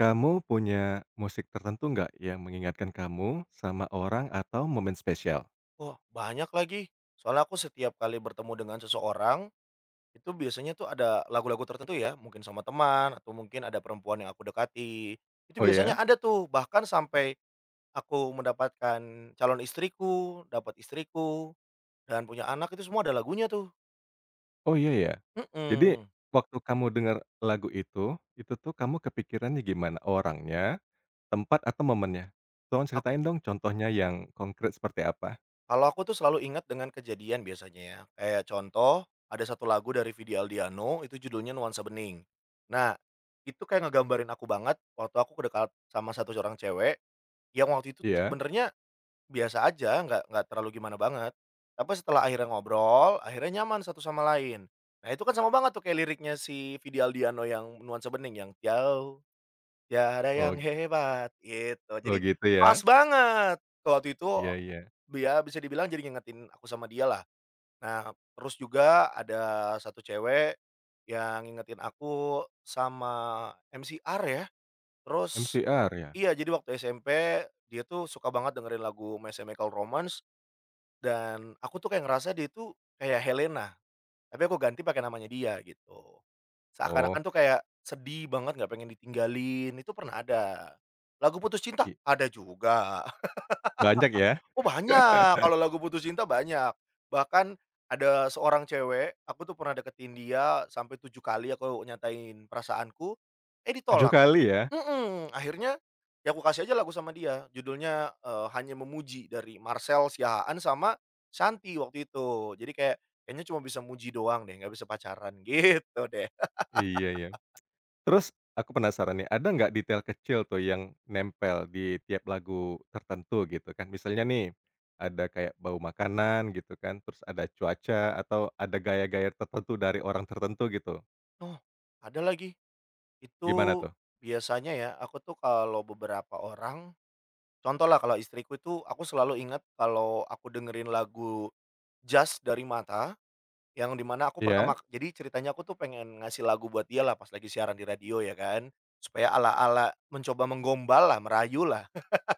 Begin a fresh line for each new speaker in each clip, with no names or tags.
Kamu punya musik tertentu nggak yang mengingatkan kamu sama orang atau momen spesial?
Wah, banyak lagi. Soalnya aku setiap kali bertemu dengan seseorang, itu biasanya tuh ada lagu-lagu tertentu ya, mungkin sama teman atau mungkin ada perempuan yang aku dekati. Itu
Oh
biasanya
ya?
ada tuh, bahkan sampai aku mendapatkan calon istriku, dapat istriku, dan punya anak itu semua ada lagunya tuh.
Oh iya ya? Jadi
Mhm.
waktu kamu dengar lagu itu tuh kamu kepikirannya gimana? Orangnya, tempat, atau momennya? Tolong
Ak
ceritain dong contohnya yang konkret seperti apa?
kalau aku tuh selalu ingat dengan kejadian biasanya ya. Kayak contoh, ada satu lagu dari Vidi Aldiano, itu judulnya Nuansa Bening. Nah, itu kayak ngegambarin aku banget waktu aku kedekat sama satu orang cewek. Yang waktu itu tuh
Iya?
sebenarnya biasa aja, nggak terlalu gimana banget. Tapi setelah akhirnya ngobrol, akhirnya nyaman satu sama lain. Nah itu kan sama banget tuh kayak liriknya si Vidi Aldiano yang Nuansa Bening, yang "Jauh tiada
Oh
yang hebat" gitu.
oh
Jadi
gitu
pas
ya?
banget. Kalau waktu itu
Iya iya.
dia bisa dibilang jadi ngingetin aku sama dia lah. Nah terus juga ada satu cewek yang ngingetin aku sama MCR ya. Terus
MCR ya?
iya, jadi waktu SMP, dia tuh suka banget dengerin lagu My Chemical Romance, dan aku tuh kayak ngerasa dia tuh kayak Helena, tapi aku ganti pakai namanya dia, gitu.
Oh,
Seakan-akan tuh kayak sedih banget, nggak pengen ditinggalin, itu pernah ada. Lagu putus cinta?
i
Ada juga.
banyak ya?
Oh, banyak, kalau lagu putus cinta banyak. Bahkan ada seorang cewek, aku tuh pernah deketin dia sampai 7 kali aku nyatain perasaanku, eh
Tujuh
ditolak.
kali ya?
Mhm. Akhirnya, ya aku kasih aja lagu sama dia judulnya, Hanya Memuji dari Marcel Siahaan sama Shanty waktu itu. Jadi kayak, kayaknya cuma bisa muji doang deh, nggak bisa pacaran gitu deh.
Iya iya. Terus aku penasaran nih, ada nggak detail kecil tuh yang nempel di tiap lagu tertentu gitu kan? Misalnya nih, ada kayak bau makanan gitu kan, terus ada cuaca atau ada gaya-gaya tertentu dari orang tertentu gitu.
Oh, ada lagi, itu
Gimana tuh?
biasanya ya aku tuh kalau beberapa orang contoh lah kalau istriku itu aku selalu ingat kalau aku dengerin lagu Jazz dari Mata. Yang di mana aku
Iya?
jadi ceritanya aku tuh pengen ngasih lagu buat dia lah pas lagi siaran di radio ya kan, supaya ala-ala mencoba menggombal lah, merayu lah.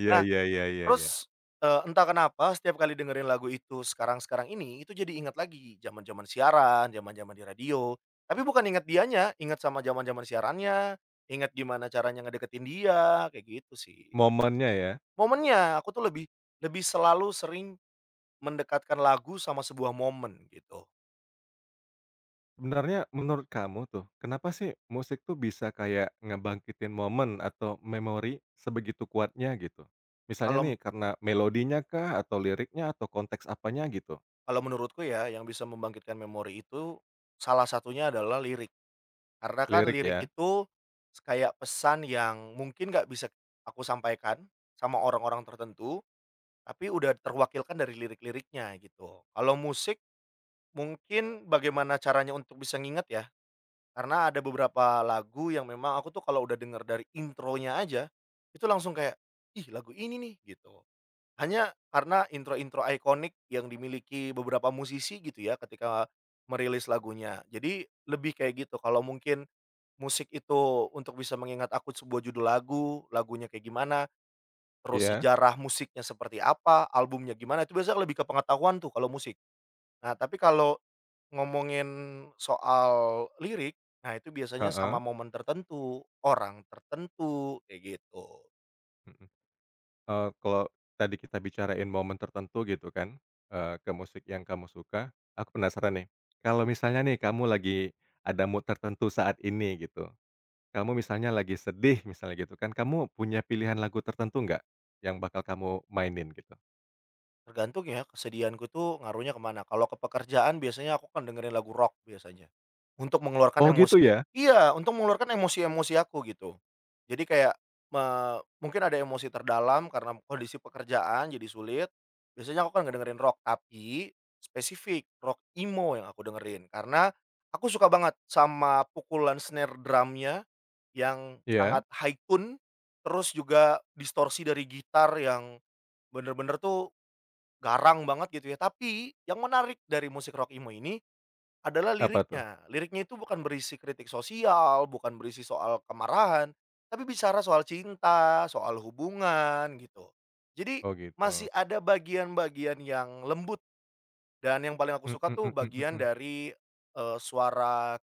Iya
Nah,
iya iya iya iya.
terus, entah kenapa setiap kali dengerin lagu itu sekarang-sekarang ini, itu jadi ingat lagi zaman-zaman siaran, zaman-zaman di radio. Tapi bukan ingat dianya, ingat sama zaman-zaman siarannya, ingat gimana caranya ngedeketin dia, kayak gitu sih.
Momennya ya.
Momennya, aku tuh lebih lebih selalu sering mendekatkan lagu sama sebuah momen gitu.
Sebenarnya menurut kamu tuh, kenapa sih musik tuh bisa kayak ngebangkitin momen atau memori sebegitu kuatnya gitu? Misalnya
Kalau
nih karena melodinya kah atau liriknya atau konteks apanya gitu?
Kalau menurutku ya, yang bisa membangkitkan memori itu, salah satunya adalah lirik. Karena kan
Lirik
lirik
ya.
itu, kayak pesan yang mungkin nggak bisa aku sampaikan sama orang-orang tertentu, tapi udah terwakilkan dari lirik-liriknya gitu. Kalau musik, mungkin bagaimana caranya untuk bisa nginget ya, karena ada beberapa lagu yang memang aku tuh kalau udah denger dari intronya aja, itu langsung kayak, "Ih lagu ini nih," gitu. Hanya karena intro-intro ikonik yang dimiliki beberapa musisi gitu ya ketika merilis lagunya. Jadi lebih kayak gitu, kalau mungkin musik itu untuk bisa mengingat aku sebuah judul lagu, lagunya kayak gimana, terus
Iya,
sejarah musiknya seperti apa, albumnya gimana, itu biasanya lebih ke pengetahuan tuh kalau musik. Nah, tapi kalau ngomongin soal lirik, nah itu biasanya
heeh,
sama momen tertentu, orang tertentu, kayak gitu.
mhm, kalau tadi kita bicarain momen tertentu gitu kan, ke musik yang kamu suka, aku penasaran nih, kalau misalnya nih kamu lagi ada mood tertentu saat ini gitu, kamu misalnya lagi sedih misalnya gitu kan, kamu punya pilihan lagu tertentu nggak, yang bakal kamu mainin gitu?
Tergantung ya, kesedihanku tuh ngaruhnya kemana. Kalau ke pekerjaan biasanya aku kan dengerin lagu rock biasanya, untuk mengeluarkan
Oh gitu
emosi,
ya?
iya, untuk mengeluarkan emosi-emosi aku gitu. Jadi kayak me mungkin ada emosi terdalam karena kondisi pekerjaan jadi sulit, biasanya aku kan dengerin rock, tapi spesifik rock emo yang aku dengerin. Karena aku suka banget sama pukulan snare drumnya yang sangat
Iya,
high tune, terus juga distorsi dari gitar yang bener-bener tuh garang banget gitu ya, tapi yang menarik dari musik rock emo ini adalah
apa tuh?
liriknya. Liriknya itu bukan berisi kritik sosial, bukan berisi soal kemarahan, tapi bicara soal cinta, soal hubungan gitu. Jadi
Oh
masih
gitu,
ada bagian-bagian yang lembut dan yang paling aku
mhm
suka tuh
mhm
bagian
mhm,
dari, suara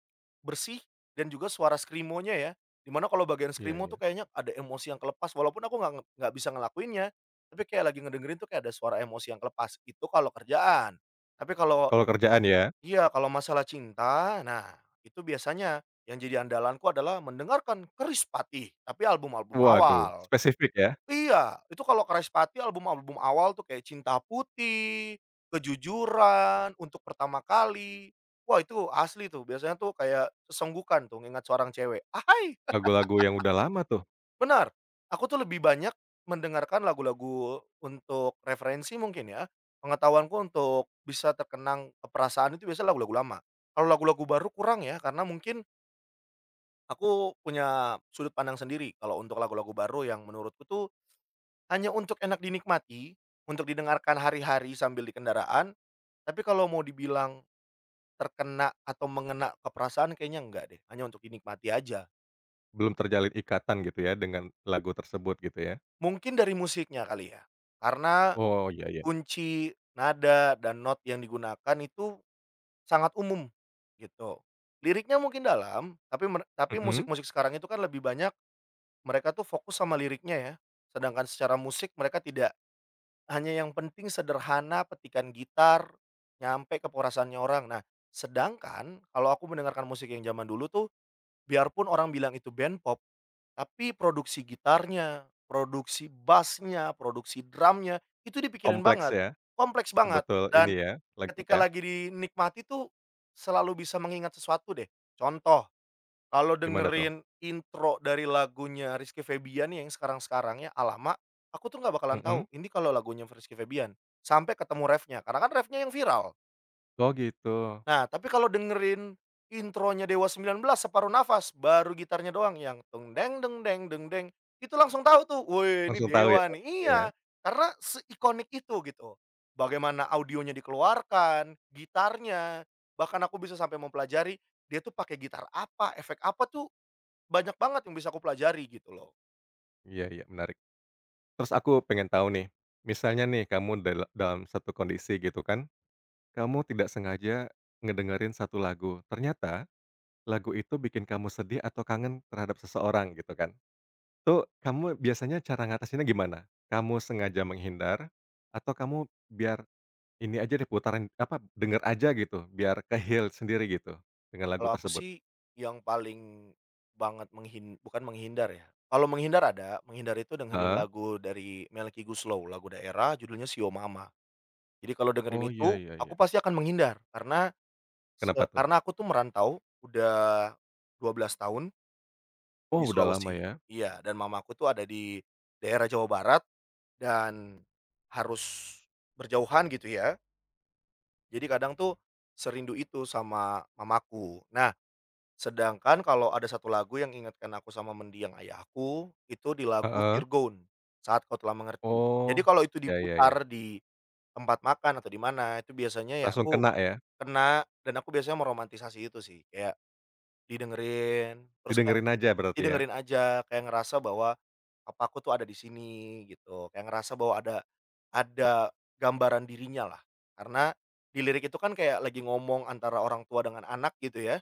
bersih dan juga suara skrimonya ya, dimana kalau bagian
iya
skrimo tuh
iya,
kayaknya ada emosi yang kelepas walaupun aku nggak bisa ngelakuinnya, tapi kayak lagi ngedengerin tuh kayak ada suara emosi yang kelepas, itu kalau kerjaan. Tapi kalau
kalau kerjaan ya?
iya, kalau masalah cinta, nah itu biasanya yang jadi andalanku adalah mendengarkan Kerispatih, tapi album-album
Waduh,
awal.
spesifik ya,
Iya, itu kalau Keraspati album-album awal tuh kayak Cinta Putih, Kejujuran, Untuk Pertama Kali, wah itu asli tuh biasanya tuh kayak sesenggukan tuh ngingat seorang cewek. Ahai,
lagu-lagu yang udah lama tuh.
benar, aku tuh lebih banyak mendengarkan lagu-lagu untuk referensi mungkin ya, pengetahuanku untuk bisa terkenang ke perasaan itu biasanya lagu-lagu lama. Kalau lagu-lagu baru kurang ya, karena mungkin aku punya sudut pandang sendiri kalau untuk lagu-lagu baru yang menurutku tuh hanya untuk enak dinikmati, untuk didengarkan hari-hari sambil di kendaraan, tapi kalau mau dibilang terkena atau mengena ke perasaan kayaknya enggak deh, hanya untuk dinikmati aja.
Belum terjalin ikatan gitu ya dengan lagu tersebut gitu ya?
Mungkin dari musiknya kali ya, karena
Oh, iya iya.
kunci nada dan not yang digunakan itu sangat umum, gitu. Liriknya mungkin dalam, tapi tapi
Mhm,
musik-musik sekarang itu kan lebih banyak mereka tuh fokus sama liriknya ya, sedangkan secara musik mereka tidak, hanya yang penting sederhana petikan gitar, nyampe ke perasaannya orang. Nah, sedangkan kalau aku mendengarkan musik yang zaman dulu tuh, biarpun orang bilang itu band pop, tapi produksi gitarnya, produksi bassnya, produksi drumnya, itu dipikirin
kompleks
banget,
ya,
kompleks banget,
betul-betul ini
dan
ya, lengkap
ketika
ya?
lagi dinikmati tuh, selalu bisa mengingat sesuatu deh. Contoh kalau
Gimana tuh?
dengerin intro dari lagunya Rizky Febian yang sekarang-sekarang ya, "Alamak!" aku tuh nggak bakalan tahu,
Mhm?
ini kalau lagunya Rizky Febian, sampai ketemu refnya, karena kan refnya yang viral.
Oh gitu,
Nah, tapi kalau dengerin intronya Dewa 19 "Separuh Nafas", baru gitarnya doang yang teng deng deng deng, deng deng, itu langsung tahu tuh, "Woi, ini
langsung tahu ya
Dewa nih."
lagunya
Iya,
ya?
karena seikonik itu gitu. Bagaimana audionya dikeluarkan, gitarnya, bahkan aku bisa sampai mempelajari dia tuh pakai gitar apa, efek apa tuh banyak banget yang bisa aku pelajari gitu loh.
Iya iya, menarik. Terus aku pengen tahu nih, misalnya nih kamu dalam satu kondisi gitu kan, kamu tidak sengaja ngedengerin satu lagu, ternyata lagu itu bikin kamu sedih atau kangen terhadap seseorang gitu kan. Itu kamu biasanya cara ngatasinnya gimana? Kamu sengaja menghindar atau kamu biar ini aja deh putaran apa, denger aja gitu, biar ke-heal sendiri gitu, dengan lagu
Kalau aku
tersebut.
sih yang paling banget bukan menghindar ya, kalau menghindar ada, menghindar itu dengerin
Heeh.
lagu dari Melky Goeslaw, lagu daerah judulnya "Sio Mama". Jadi kalau dengerin
Oh, iya
itu,
iya
aku
iya.
pasti akan menghindar karena
Kenapa tuh?
karena aku tuh merantau udah 12 tahun
Oh,
di
udah lama
Sulawesi.
ya?
Iya, dan mamaku tuh ada di daerah Jawa Barat dan harus berjauhan gitu ya. Jadi kadang tuh serindu itu sama mamaku. Nah, sedangkan kalau ada satu lagu yang ingatkan aku sama mendiang ayahku, itu di lagu
Heeh.
Virgon, Saat Kau Telah Mengerti. Jadi
Oh,
kalau itu
ya ya
diputar
ya.
di tempat makan atau di mana, itu biasanya ya
Langsung
aku
kena ya?
kena dan aku biasanya meromantisasi itu sih, kayak didengerin, terus kayak
Didengerin aja berarti ya?
didengerin aja, kayak ngerasa bahwa papaku tuh ada di sini gitu, kayak ngerasa bahwa ada gambaran dirinya lah. Karena di lirik itu kan kayak lagi ngomong antara orang tua dengan anak gitu ya,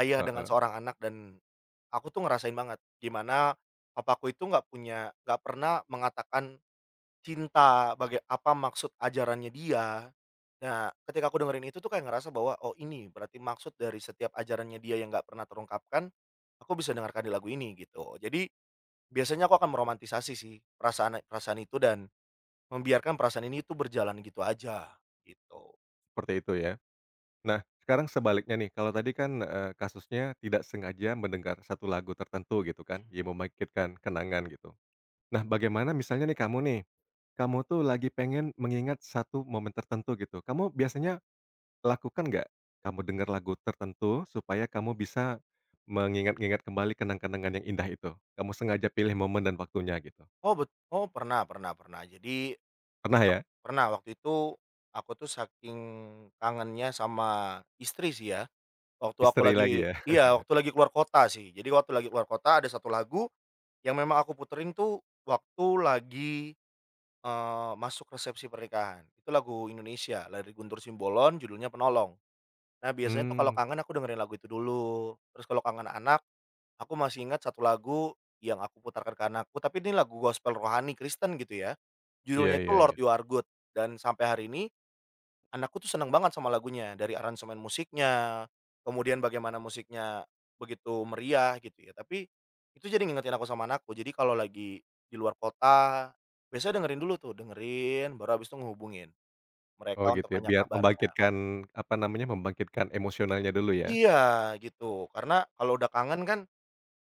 ayah dengan
Heeh,
seorang anak dan aku tuh ngerasain banget, gimana papaku itu nggak punya, nggak pernah mengatakan cinta, apa maksud ajarannya dia. Nah, ketika aku dengerin itu tuh kayak ngerasa bahwa, "Oh, ini berarti maksud dari setiap ajarannya dia yang nggak pernah terungkapkan, aku bisa dengarkan di lagu ini," gitu. Jadi, biasanya aku akan meromantisasi sih perasaan perasaan itu dan membiarkan perasaan ini tuh berjalan gitu aja, gitu.
seperti itu ya. Nah, sekarang sebaliknya nih, kalau tadi kan, kasusnya tidak sengaja mendengar satu lagu tertentu gitu kan, yang membangkitkan kenangan gitu. Nah, bagaimana misalnya nih, kamu tuh lagi pengen mengingat satu momen tertentu gitu, kamu biasanya lakukan nggak, kamu dengar lagu tertentu supaya kamu bisa mengingat-ingat kembali kenang-kenangan yang indah itu? Kamu sengaja pilih momen dan waktunya gitu?
Oh bet oh pernah, pernah, pernah. Jadi
Pernah ya?
pernah, waktu itu aku tuh saking kangennya sama istri sih ya, waktu aku
Istri lagi
lagi
ya?
iya, waktu lagi keluar kota sih. Jadi waktu lagi keluar kota ada satu lagu yang memang aku puterin tuh waktu lagi, masuk resepsi pernikahan. Itu lagu Indonesia, dari Guntur Simbolon judulnya Penolong. Nah, biasanya tuh kalau
Mmm,
kangen aku dengerin lagu itu dulu, terus kalau kangen anak, aku masih ingat satu lagu yang aku putarkan ke anakku, tapi ini lagu gospel rohani Kristen gitu ya,
iya
judulnya itu
iya
Lord
iya.
You Are Good, dan sampai hari ini anakku tuh seneng banget sama lagunya, dari aransemen musiknya, kemudian bagaimana musiknya begitu meriah gitu ya, tapi itu jadi ngingetin aku sama anakku. Jadi kalau lagi di luar kota, biasanya dengerin dulu tuh, dengerin baru habis itu ngehubungin
Oh
mereka untuk
gitu ya,
nanya
biar
kabarnya.
membangkitkan, apa namanya, membangkitkan emosionalnya dulu ya?
Iya gitu, karena kalau udah kangen kan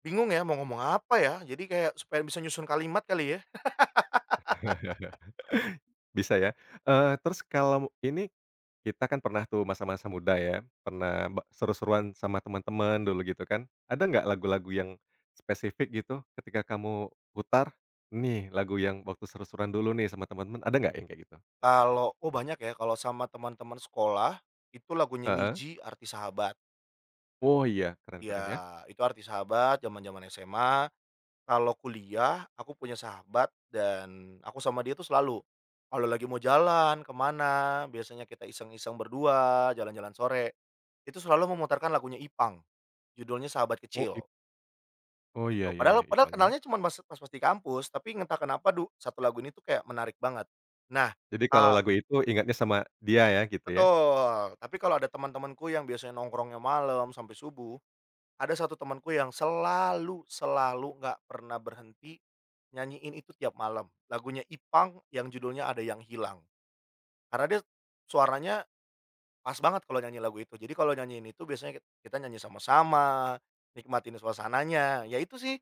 bingung ya mau ngomong apa ya, jadi kayak supaya bisa nyusun kalimat kali ya.
Bisa ya? Terus kalau ini kita kan pernah tuh masa-masa muda ya, pernah seru-seruan sama teman-teman dulu gitu kan. Ada nggak lagu-lagu yang spesifik gitu ketika kamu putar, "Nih lagu yang waktu seru-seruan dulu nih sama teman-teman." Ada nggak yang kayak gitu?
Kalau oh banyak ya, kalau sama teman-teman sekolah, itu lagunya
Heeh.
Niji Arti Sahabat.
Oh iya, keren keren ya.
Iya, itu Arti Sahabat zaman-zaman SMA. Kalau kuliah, aku punya sahabat dan aku sama dia tuh selalu, kalau lagi mau jalan kemana, biasanya kita iseng-iseng berdua, jalan-jalan sore, itu selalu memutarkan lagunya Ipang, judulnya Sahabat
Oh
Kecil,
ip oh
gitu.
iya iya
Padahal
iya,
padahal
Ipang ya.
kenalnya cuma pas pas pas di kampus, tapi entah kenapa satu lagu ini tuh kayak menarik banget. Nah,
Jadi kalau
eee
lagu itu ingatnya sama dia ya gitu ya?
betul, tapi kalau ada teman-temanku yang biasanya nongkrongnya malam sampai subuh, ada satu temanku yang selalu selalu nggak pernah berhenti, nyanyiin itu tiap malam. Lagunya Ipang yang judulnya Ada Yang Hilang. Karena dia suaranya pas banget kalau nyanyi lagu itu. Jadi kalau nyanyiin itu biasanya kita nyanyi sama-sama, nikmatin suasananya. Ya itu sih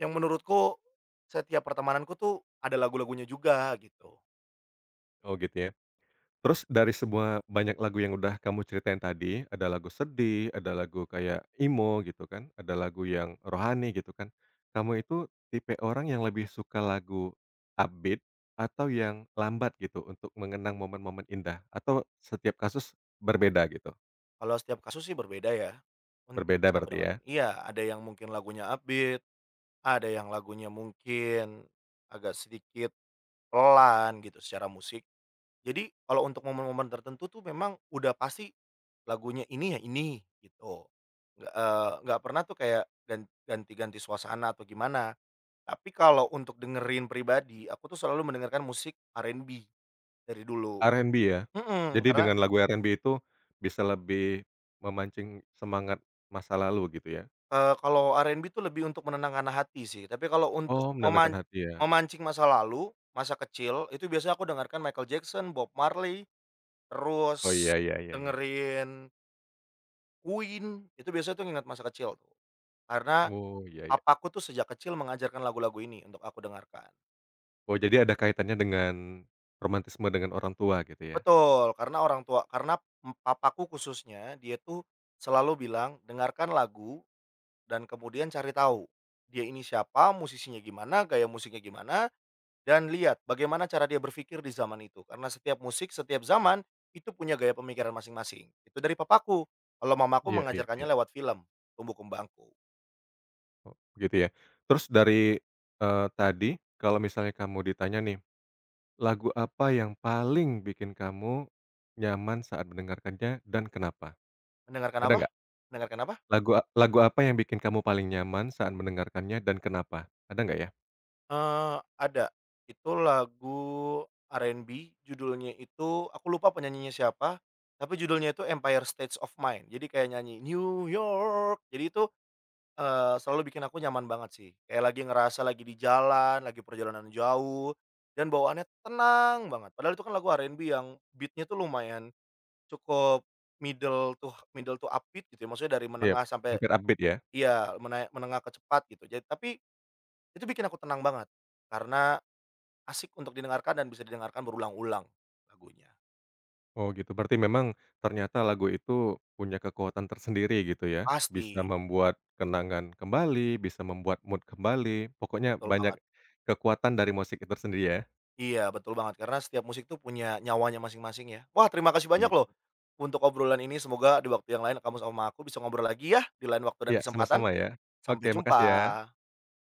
yang menurutku setiap pertemananku tuh ada lagu-lagunya juga gitu.
Oh gitu ya. Terus dari semua banyak lagu yang udah kamu ceritain tadi, ada lagu sedih, ada lagu kayak emo gitu kan, ada lagu yang rohani gitu kan. Kamu itu tipe orang yang lebih suka lagu upbeat atau yang lambat gitu untuk mengenang momen-momen indah atau setiap kasus berbeda gitu?
Kalau setiap kasus sih berbeda ya, untuk
Berbeda
bisa aku
berarti ya?
dengarkan. Iya, ada yang mungkin lagunya upbeat, ada yang lagunya mungkin agak sedikit pelan gitu secara musik. Jadi kalau untuk momen-momen tertentu tuh memang udah pasti lagunya ini ya ini gitu. Nggak, nggak pernah tuh kayak ganti-ganti suasana atau gimana. Tapi kalau untuk dengerin pribadi, aku tuh selalu mendengarkan musik R&B dari dulu.
R&B ya?
Mhm,
Jadi
karena,
dengan lagu R&B itu bisa lebih memancing semangat masa lalu gitu ya?
kalau R&B tuh lebih untuk menenangkan hati sih. Tapi kalau untuk
Oh menenangkan hati ya?
memancing masa lalu, masa kecil, itu biasanya aku dengarkan Michael Jackson, Bob Marley,
Oh
terus
iya iya iya iya.
dengerin Queen, itu biasanya tuh ngingat masa kecil tuh, karena
Oh iya iya.
papaku tuh sejak kecil mengajarkan lagu-lagu ini untuk aku dengarkan.
Oh, jadi ada kaitannya dengan romantisme dengan orang tua gitu ya?
Betul, karena orang tua karena papaku khususnya dia tuh selalu bilang, "Dengarkan lagu dan kemudian cari tahu, dia ini siapa, musisinya gimana, gaya musiknya gimana, dan lihat bagaimana cara dia berpikir di zaman itu." Karena setiap musik, setiap zaman itu punya gaya pemikiran masing-masing. Itu dari papaku, kalau mamaku
Iya iya
mengajarkannya
iya.
lewat film, Tumbuh Kembangku.
Oh, gitu ya. Terus dari, tadi kalau misalnya kamu ditanya nih, lagu apa yang paling bikin kamu nyaman saat mendengarkannya dan kenapa?
Mendengarkan
Ada
apa?
nggak?
Mendengarkan apa?
Lagu apa yang bikin kamu paling nyaman saat mendengarkannya dan kenapa? Ada nggak ya?
Ada. Itu lagu R&B, judulnya itu aku lupa penyanyinya siapa, tapi judulnya itu Empire States of Mind. Jadi kayak nyanyi New York. Jadi itu, selalu bikin aku nyaman banget sih. Kayak lagi ngerasa lagi di jalan, lagi perjalanan jauh, dan bawaannya tenang banget. Padahal itu kan lagu R&B yang beatnya tuh lumayan cukup middle to middle to upbeat gitu ya, maksudnya dari
Iya.
menengah sampai
Hampir update ya?
iya, menengah ke cepat gitu. Jadi tapi itu bikin aku tenang banget, karena asik untuk didengarkan dan bisa didengarkan berulang-ulang lagunya.
Oh gitu, berarti memang ternyata lagu itu punya kekuatan tersendiri gitu ya? Bisa
Pasti,
membuat kenangan kembali, bisa membuat mood kembali, pokoknya
betul
banyak
banget.
kekuatan dari musik itu sendiri ya?
Iya, betul banget karena setiap musik tuh punya nyawanya masing-masing ya. Wah, terima kasih banyak
I
loh untuk obrolan ini, semoga di waktu yang lain kamu sama aku bisa ngobrol lagi ya di lain waktu dan
iya,
kesempatan.
sama-sama ya. Oke,
Sampai
makasih ya.
jumpa.